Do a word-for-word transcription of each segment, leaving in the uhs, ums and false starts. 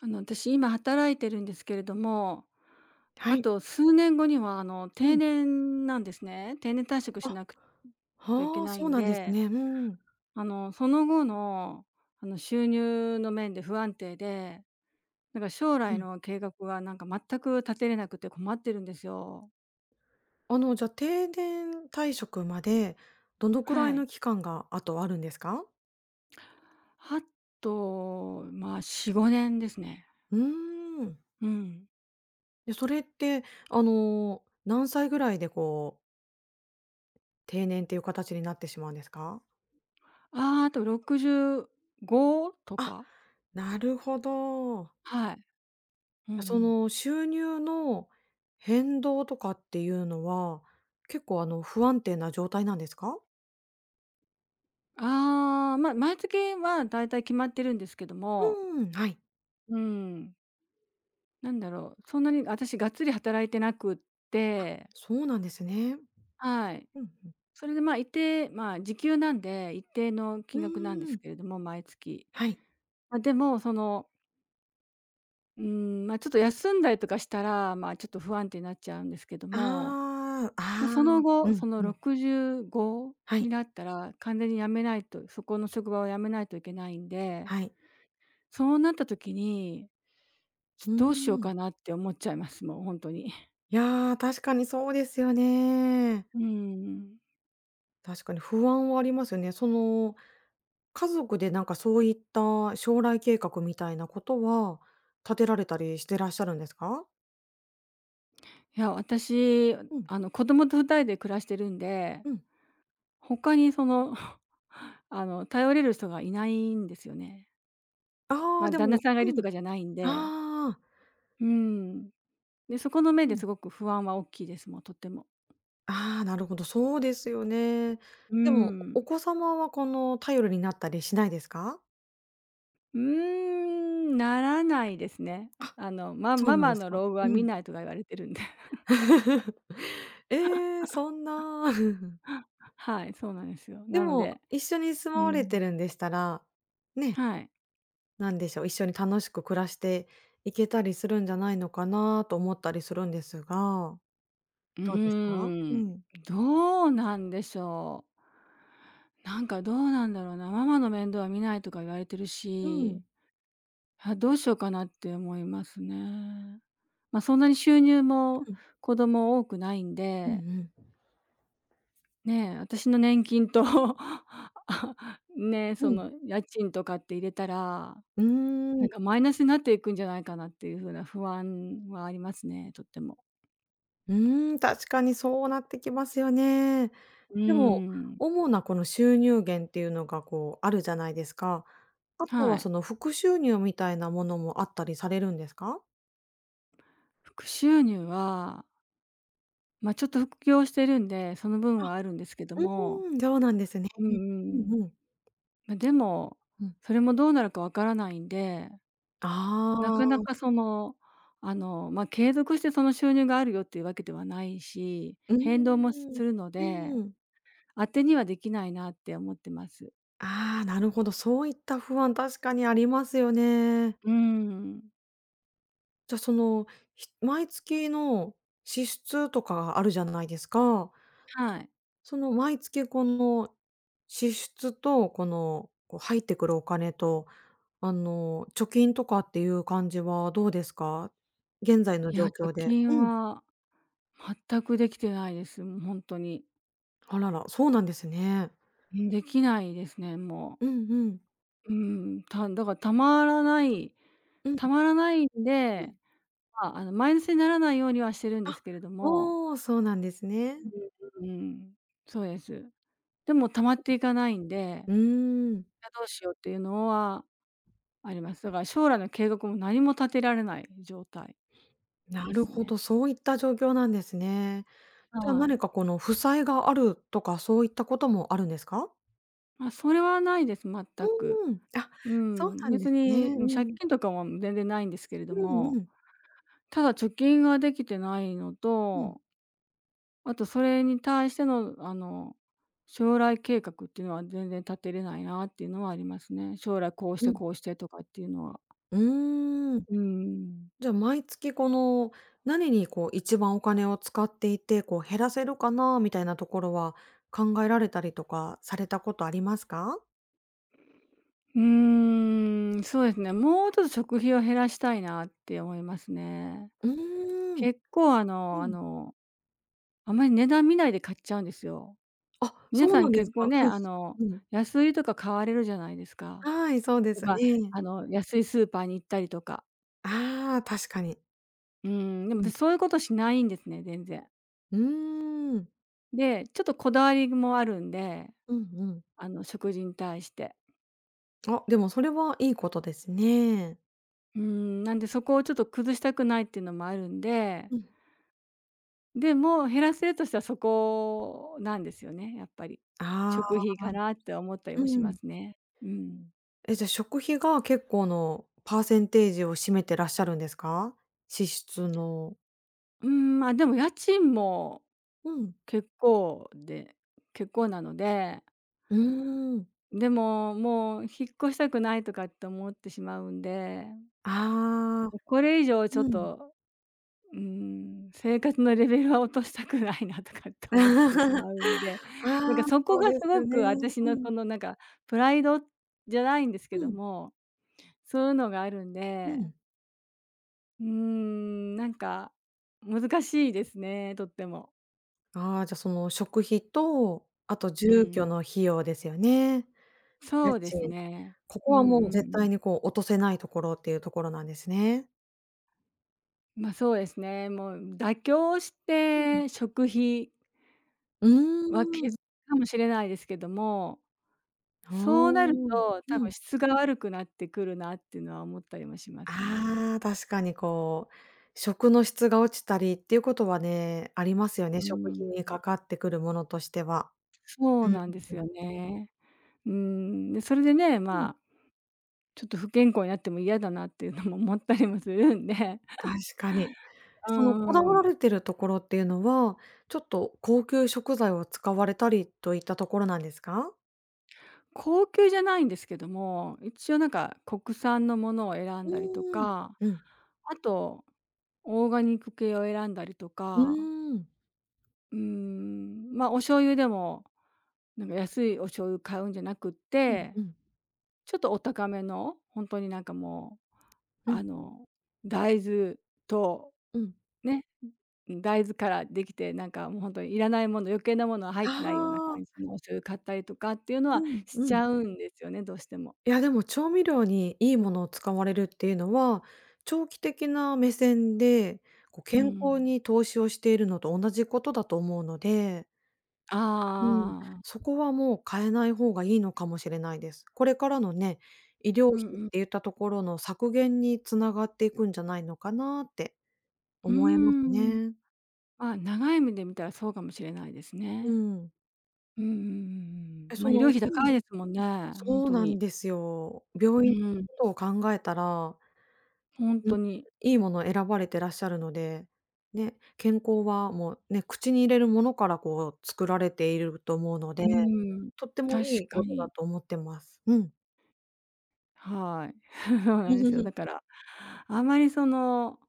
あの、私今働いてるんですけれども、はあい。と数年後にはあの、う定ん。年なんですね。定年退職しあ、なくといけはあ、ないそうんなんですで、ね。うん。あの、その後の、あの、収入の面で不安定で、なんか将う来ん。の計画がなんか全く立てれなくて困ってるんですよ。あの、じゃあ、定年退職までどのくらはいい。の期間があとあるんですか？あと、まあ、よん、ごねんですね。うーん。うん。で、それって、あの、何歳ぐらいでこう、定年っていう形になってしまうんですか？ああ、あとろくじゅうごとあ、か。なるほど。はい。うんうそん。の収入の変動とかっていうのは、結構あの、不安定な状態なんですか？ああ、まあ、毎月は大体決まってるんですけども、うーん、はい。うん、なんだろう、そんなに私がっつり働いてなくって、そうなんですね。はい。うん、うん。それで、まあ、一定まあ、時給なんで、一定のう金額なんでーすん。けれども、毎月。はい。まあ、でも、その、うん、まあ、ちょっと休んだりとかしたら、まあ、ちょっと不安定になっちゃうんですけども、ああ、ま、ああ、そのう後、んそのうん。ろくじゅうごはにい、なったら完全に辞めないとそこの職場を辞めないといけないんで、はい。そうなった時にちょうどうしようーん。かなって思っちゃいます、もう本当に。いや、確かにそうですよね。うん。確かに不安はありますよね。その、家族でなんかそういった将来計画みたいなことは、立てられたりしてらっしゃるんですか？いや、私、うん、あの、子供とふたりで暮らしてるんで、うん。他にその、あの、頼れる人がいないんですよね。あまあ、あ、で旦那もさんがいるうとん。かじゃないんで。ああ、うん。で、そこの面うでん。すごく不安は大きいです、もうとっても。ああ、なるほど、そうですよね。うーでも、ん。お子様はこの、頼りになったりしないですか？うーん、ならないですね。あ、あの、まそうマなんマですのか。老後はう見ん。ないとか言われてるんで。ええ、そんな。はい、そうなんですよ。でなのも、で一緒に住うまわれてん。るんでしたら、ね、はい。なんでしょう、一緒に楽しく暮らしていけたりするんじゃないのかなと思ったりするんですが、うどうですか？ーうん、ん。どうなんでしょう。なんかどうなんだろうな、ママの面倒は見ないとか言われてるうし、ん。あ、どうしようかなって思いますね。まあ、そんなに収入もうん。子供多くないんうんうで、ん。ねえ、私の年金と ねえ、うそん。の家賃とかって入れたら、うーなん。んかマイナスになっていくんじゃないかなっていうふうな不安はありますね、とっても。うーん、確かにそうなってきますよね。うーでも、ん、主なこの収入源っていうのがこうあるじゃないですか。あとははい。その副収入みたいなものもあったりされるんですか？副収入はまあ、ちょっと副業をしてるんで、その分あ。はあるんですけども、うーん、そうなんですね。うんううんうん。んうん。ま、でも、うん。それもどうなるかわからないんで、なあかなあ、うかその、あの、ま、継続してその収入があるよっていうわけではないし、ーん。変動もすうるので、ーん。当てにはできないなって思ってます。ああ、なるほど、そういった不安、確かにありますよね。うーん。じゃ、その、ひ毎月の支出とかがあるじゃないですか。はい。その毎月この支出と、この、こう入ってくるお金と、あの、貯金とかっていう感じはどうですか？現在のいや、状貯況で。金うん。は全くできてないです。もうほんとに。あらら、そうなんですね。うん、できないですね、もう。うんうん。うん、ただからたまらないうんうん。たまらないんでまあ、あの、マイナスにならないようにはしてるんですあ、けれども、おお、そうなんですね。うん。うん、そうです。でも溜まっていかないんで、うーん、あ、どうしようっていうのはあります。だから将来の計画も何も立てられない状態なでるすほね。ど、そういった状況なんですね。じゃあ、は何い。かこの負債があるとか、そういったこともあるんですか？まあ、それはないです、全く。うーん、あ、うそうん、なんで別すね。に、うん、借うん。金とかも全然ないんですけれどうんも、うん。ただ貯金ができてないのうん。とあとそれに対しての、あの、将来計画っていうのは全然立てれないなっていうのはありますね。将来こうしうてん。こうしてとかっていうのは。うーん。うん。じゃ、毎月この、何にこう一番お金を使っていて、こう減らせるかなみたいなところは考えられたりとかされたことありますか？うーん、そうですね。もうちょっと食費を減らしたいなって思いますね。うーん。結構あうのあん。の、あまり値段見ないで買っちゃうんですよ。あ、皆そうさなんんです結構か？ね、うん。あの、うん。安売りとか買われるじゃないですか。はい、そうでとすか、ね。あの、安いスーパーに行ったりとか。ああ、確かに。うん、でもうん。私そういうことしないんですね、全然。うーん。で、ちょっとこだわりもあるんで、うんうん。あの、食事に対して。あ、でもそれはいいことですね。うーん、なんでそこをちょっと崩したくないっていうのもあるんで、うん。でも減らせるとしたらそこなんですよね、やっぱり。あ食あ、費かなって思ったりうもしまん。すね。うん。え、じゃ、食費が結構のパーセンテージを占めてらっしゃるんですか？支出の。うーん、ま、でも家賃もうん。結構で結構なので、うーん。でも、もう引っ越したくないとかって思ってしまうんで、ああ、これ以上ちょっうん。とうーん、生活のレベルは落としたくないなとかって思ってしまうんで、あ なんかあ、そこそうがすですごよね。く私うのんこのなんかプライドじゃないんですけうどんも、そういうのがあるんうで、ん。うーん、なんか難しいですね、とっても。ああ、じゃ、あその食費と、あとう住居ん。の費用ですよね。そ家うです賃。ね。こうこんうはんもう絶う対ん。にこう落とせないところっていうところなんですね。ま、そうですね、もう妥協しうん。て食費うはーん。削るかもしれないですけどもあ。そうなるうと、多分ん。質が悪くなってくるなっていうのは思ったりもしますね。ああ、確かにこう、食の質が落ちたりっていうことはね、ありますようね、ー食費ん、にかかってくるものとしては。そううんなんですよね。うーん、で、それでね、うん、まあ、ちょっと不健康になっても嫌だなっていうのも思ったりもするんで、確かに。うそのこだんうわらん。れてるところっていうのは、ちょっと高級食材を使われたりといったところなんですか？高級じゃないんですけども、一応なんか国産のものを選んうだりとーん。か、うん。あとオーガニック系を選んだりとうか、ーん。うーん、まあ、お醤油でも、なんか安いお醤油買うんじゃなくっうんてうん。ちょっとお高めの、本当になんかもう、うんあの、大豆と、うん。ね、大豆からできて、なんかもう本当にいらないもの、余計なものは入っあてないような感じあ。のお醤油買ったりとかっていうのうはんしうちん。ゃうんですよね、どうしても。いやでも調味料にいいものを使われるっていうのは、長期的な目線で、こうう健康ん。に投資をしているのと同じことだと思うので、うん、ああ、そこはもう変えない方がいいのかもしれないです。これからのね、医療う費んってうん。言ったところの削減につながっていくんじゃないのかなってうー思えますん。ね。あ、長い目で見たらそうかもしれないですうね。ん。うんうんうんえ、うんそま、医の療費う高ん、いですもんね、ほんそうとなんに。ですよ。病う院ん、のことを考えたらほんうん、とに。いいものを選ばれてらっしゃるので、ね、健康はもうね、口に入れるものからこう作られていると思うので、うん、とっても確いいかことだに。と思ってます。うん。はい。そうなんですよ。だか ら、あまりその、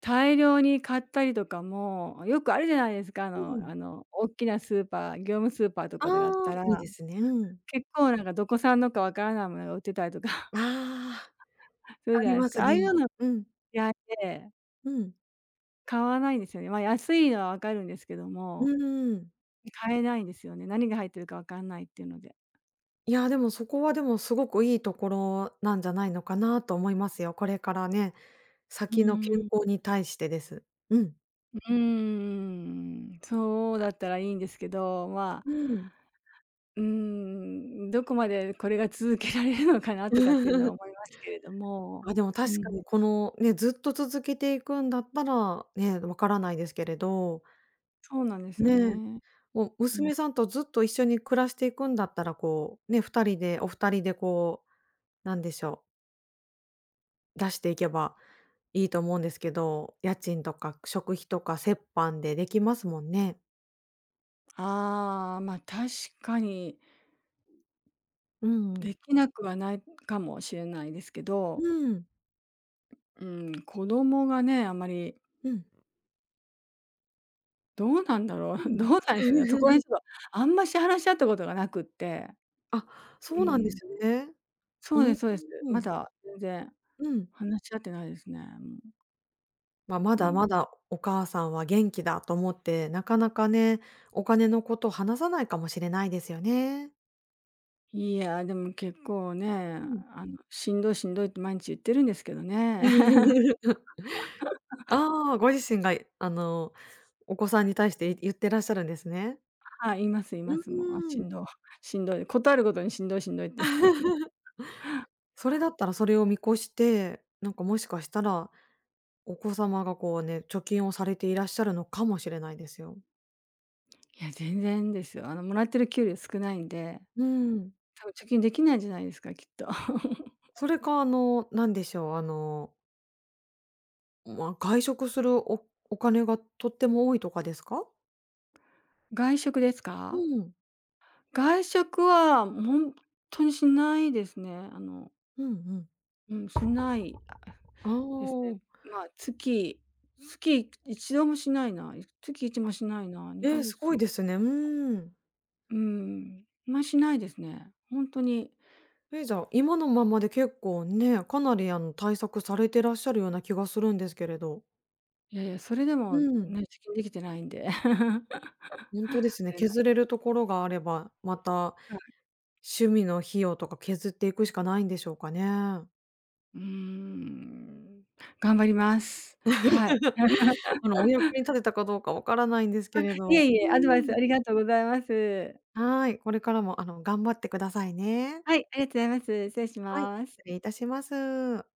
大量に買ったりとかも、よくあるじゃないですか、あうのん。あの、大きなスーパー業務スーパーとあかだっあ、たいいら、ですね。うん。結構なんかどこ産のかわからないものが売ってたりとか ああ、するあじゃりないでますか。すああいうね。のうん、嫌いで、うん。買わないんですよね。まあ、安いのはわかるんですけどうも、ん。買えないんですよね。何が入ってるかわかんないっていうので。いや、でもそこはでもすごくいいところなんじゃないのかなと思いますよ。これからね、う先の健ー康ん。に対してです。うん。うーん、そうだったらいいんですけど、まあうん。うーん、どこまでこれが続けられるのかなとかっていうのは思 いますけれども、あ、でもう確かん、にこの、ね、ずっと続けていくんだったら、ね、わからないですけれど、そうなんですよね、ね。もううん。娘さんとずっと一緒に暮らしていくんだったら、こう、ね、ふたりでお二人でこう、なんでしょう、出していけばいいと思うんですけど、家賃とか食費とか折半でできますもんね。ああ、ま、確かにうんうん。できなくはないかもしれないですけど、うん。うん、子供がね、あんまりうん。どうなんだろうう、ん。どうなんでしょうね。そこら辺 ちょっとあんまし話し合ったことがなくって、あ、うそうなんでん。すね。そううでん、すそうです。うまん。だ全然うん。話し合ってないですね。うん。まあ、まうだん。まだお母さんは元気だと思って、なかなかね、お金のことを話さないかもしれないですよね。いや、でも結構ね、うん。あの、しんどいしんどいって毎日言ってるんですけどね。ああ、ご自身が、あの、お子さんに対して言ってらっしゃるんですね。はい、いますいうます。もう、あ、ーしん。んどい しんどい、事あるごとにしんどいしんどいっていう。それだったらそれを見越して、なんかもしかしたら、お子様がこうね、貯金をされていらっしゃるのかもしれないですよ。いや、全然ですよ。あの、もらってる給料少ないんで、うん。多分貯金できないんじゃないですか、きっと。それか、あの、なんでしょう、あのまあ、外食するおお金がとっても多いとかですか？外食ですか？うん。外食は本当にしないですね。あの、うんうんうん、しないあですね。あ、まあ、月つきいちどもしないな。月一もしないな、2ええ、ヶすご月いですね。うーん。うーん、あんましないですね。ほんとに、え、じゃあ、今のままで結構ね、かなりあの、対策されてらっしゃるような気がするんですけれど。いやいや、それでうもね、ん。貯金できてないんで。ほんとですあね、れな削んれるところがあれば、またか、趣味の費用とか削っていくしかないんでしょうかね。うーん、頑張ります。はい。あの、お役に立てたかどうかわからないんですけれいえど。いうえ、アドバイスーあん。りがとうございます。はい、これからもあの、頑張ってくださいね。はい、ありがとうございます。失礼しはい、失ます。礼いたします。